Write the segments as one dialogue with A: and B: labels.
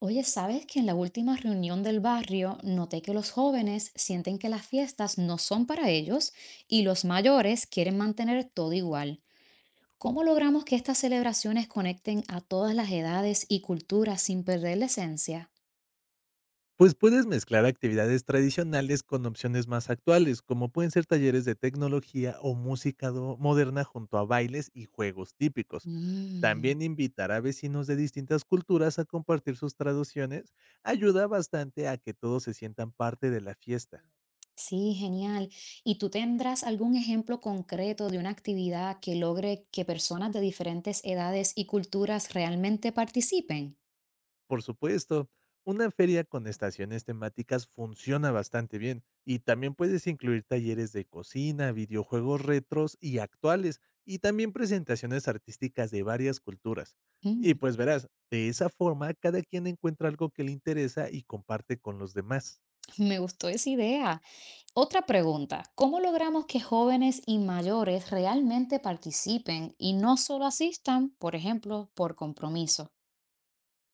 A: Oye, ¿sabes que en la última reunión del barrio noté que los jóvenes sienten que las fiestas no son para ellos y los mayores quieren mantener todo igual? ¿Cómo logramos que estas celebraciones conecten a todas las edades y culturas sin perder la esencia?
B: Pues puedes mezclar actividades tradicionales con opciones más actuales, como pueden ser talleres de tecnología o música moderna junto a bailes y juegos típicos.
A: Mm,
B: También invitar a vecinos de distintas culturas a compartir sus traducciones ayuda bastante a que todos se sientan parte de la fiesta.
A: sí, genial. ¿Y tú tendrás algún ejemplo concreto de una actividad que logre que personas de diferentes edades y culturas realmente participen?
B: Por supuesto, una feria con estaciones temáticas funciona bastante bien y también puedes incluir talleres de cocina, videojuegos retros y actuales y también presentaciones artísticas de varias culturas. Y
A: Mm,
B: pues verás, de esa forma cada quien encuentra algo que le interesa y comparte con los demás.
A: Me gustó esa idea. Otra pregunta, ¿cómo logramos que jóvenes y mayores realmente participen y no solo asistan, por ejemplo, por compromiso?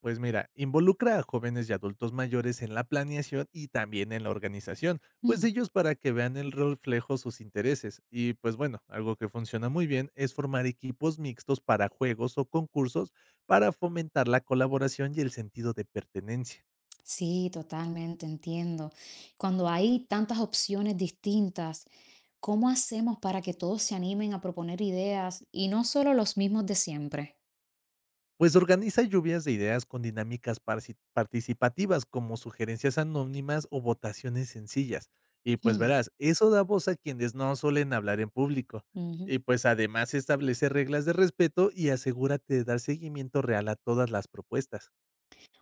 B: Pues mira, involucra a jóvenes y adultos mayores en la planeación y también en la organización, pues
A: Mm,
B: ellos, para que vean el reflejo sus intereses. Y pues bueno, algo que funciona muy bien es formar equipos mixtos para juegos o concursos para fomentar la colaboración y el sentido de pertenencia.
A: sí, totalmente entiendo. Cuando hay tantas opciones distintas, ¿cómo hacemos para que todos se animen a proponer ideas y no solo los mismos de siempre?
B: Pues organiza lluvias de ideas con dinámicas participativas, como sugerencias anónimas o votaciones sencillas. Y pues
A: Mm,
B: verás, eso da voz a quienes no suelen hablar en público.
A: ujú.
B: Y pues además, establece reglas de respeto y asegúrate de dar seguimiento real a todas las propuestas.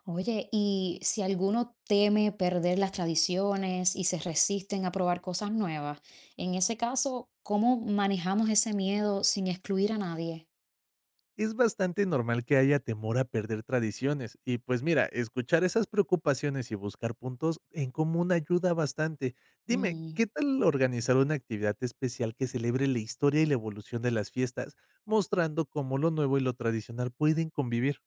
A: Oye, y si alguno teme perder las tradiciones y se resisten a probar cosas nuevas, en ese caso, ¿cómo manejamos ese miedo sin excluir a nadie?
B: Es bastante normal que haya temor a perder tradiciones, y pues mira, escuchar esas preocupaciones y buscar puntos en común ayuda bastante. Dime,
A: Mm,
B: ¿qué tal organizar una actividad especial que celebre la historia y la evolución de las fiestas, mostrando cómo lo nuevo y lo tradicional pueden convivir?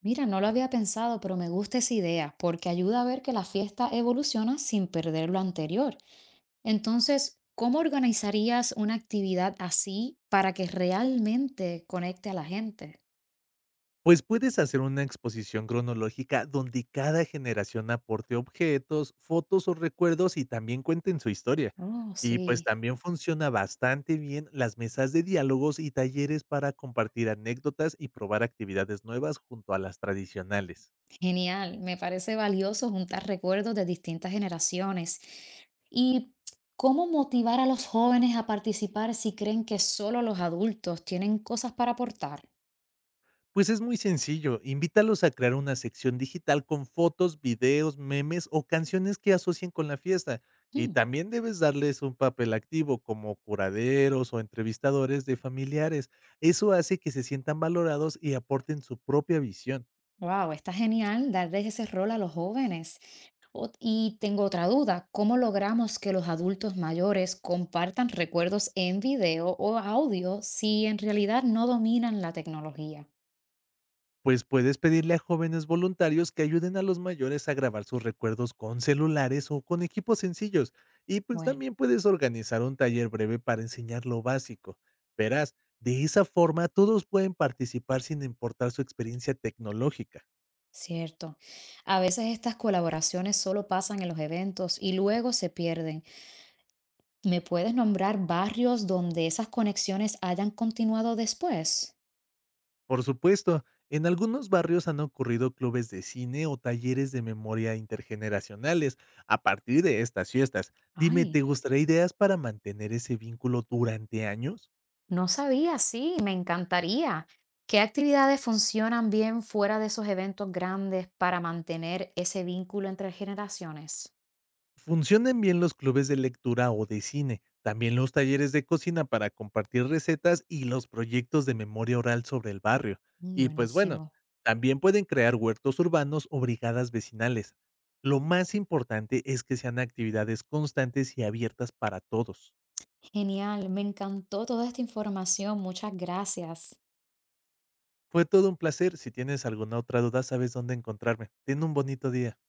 A: Mira, no lo había pensado, pero me gusta esa idea porque ayuda a ver que la fiesta evoluciona sin perder lo anterior. Entonces, ¿cómo organizarías una actividad así para que realmente conecte a la gente?
B: Pues puedes hacer una exposición cronológica donde cada generación aporte objetos, fotos o recuerdos y también cuenten su historia.
A: Oh,
B: Y pues
A: sí.
B: también funciona bastante bien las mesas de diálogos y talleres para compartir anécdotas y probar actividades nuevas junto a las tradicionales.
A: Genial, me parece valioso juntar recuerdos de distintas generaciones. ¿Y cómo motivar a los jóvenes a participar si creen que solo los adultos tienen cosas para aportar?
B: Pues es muy sencillo, invítalos a crear una sección digital con fotos, videos, memes o canciones que asocien con la fiesta. Y también debes darles un papel activo, como curaderos o entrevistadores de familiares. Eso hace que se sientan valorados y aporten su propia visión.
A: Wow, está genial darles ese rol a los jóvenes. Y tengo otra duda, ¿cómo logramos que los adultos mayores compartan recuerdos en video o audio si en realidad no dominan la tecnología?
B: Pues puedes pedirle a jóvenes voluntarios que ayuden a los mayores a grabar sus recuerdos con celulares o con equipos sencillos. Y pues
A: Bueno.
B: también puedes organizar un taller breve para enseñar lo básico. Verás, de esa forma todos pueden participar sin importar su experiencia tecnológica.
A: Cierto. A veces estas colaboraciones solo pasan en los eventos y luego se pierden. ¿Me puedes nombrar barrios donde esas conexiones hayan continuado después?
B: Por supuesto, en algunos barrios han ocurrido clubes de cine o talleres de memoria intergeneracionales a partir de estas fiestas. Dime, ¿te
A: Ay,
B: gustaría ideas para mantener ese vínculo durante años?
A: no sabía, sí, me encantaría. ¿Qué actividades funcionan bien fuera de esos eventos grandes para mantener ese vínculo entre generaciones?
B: Funcionan bien los clubes de lectura o de cine, también los talleres de cocina para compartir recetas y los proyectos de memoria oral sobre el barrio.
A: Mm,
B: Y pues bueno,
A: buenísimo.
B: también pueden crear huertos urbanos o brigadas vecinales. Lo más importante es que sean actividades constantes y abiertas para todos.
A: Genial, me encantó toda esta información. Muchas gracias.
B: Fue todo un placer. Si tienes alguna otra duda, sabes dónde encontrarme. Ten un bonito día.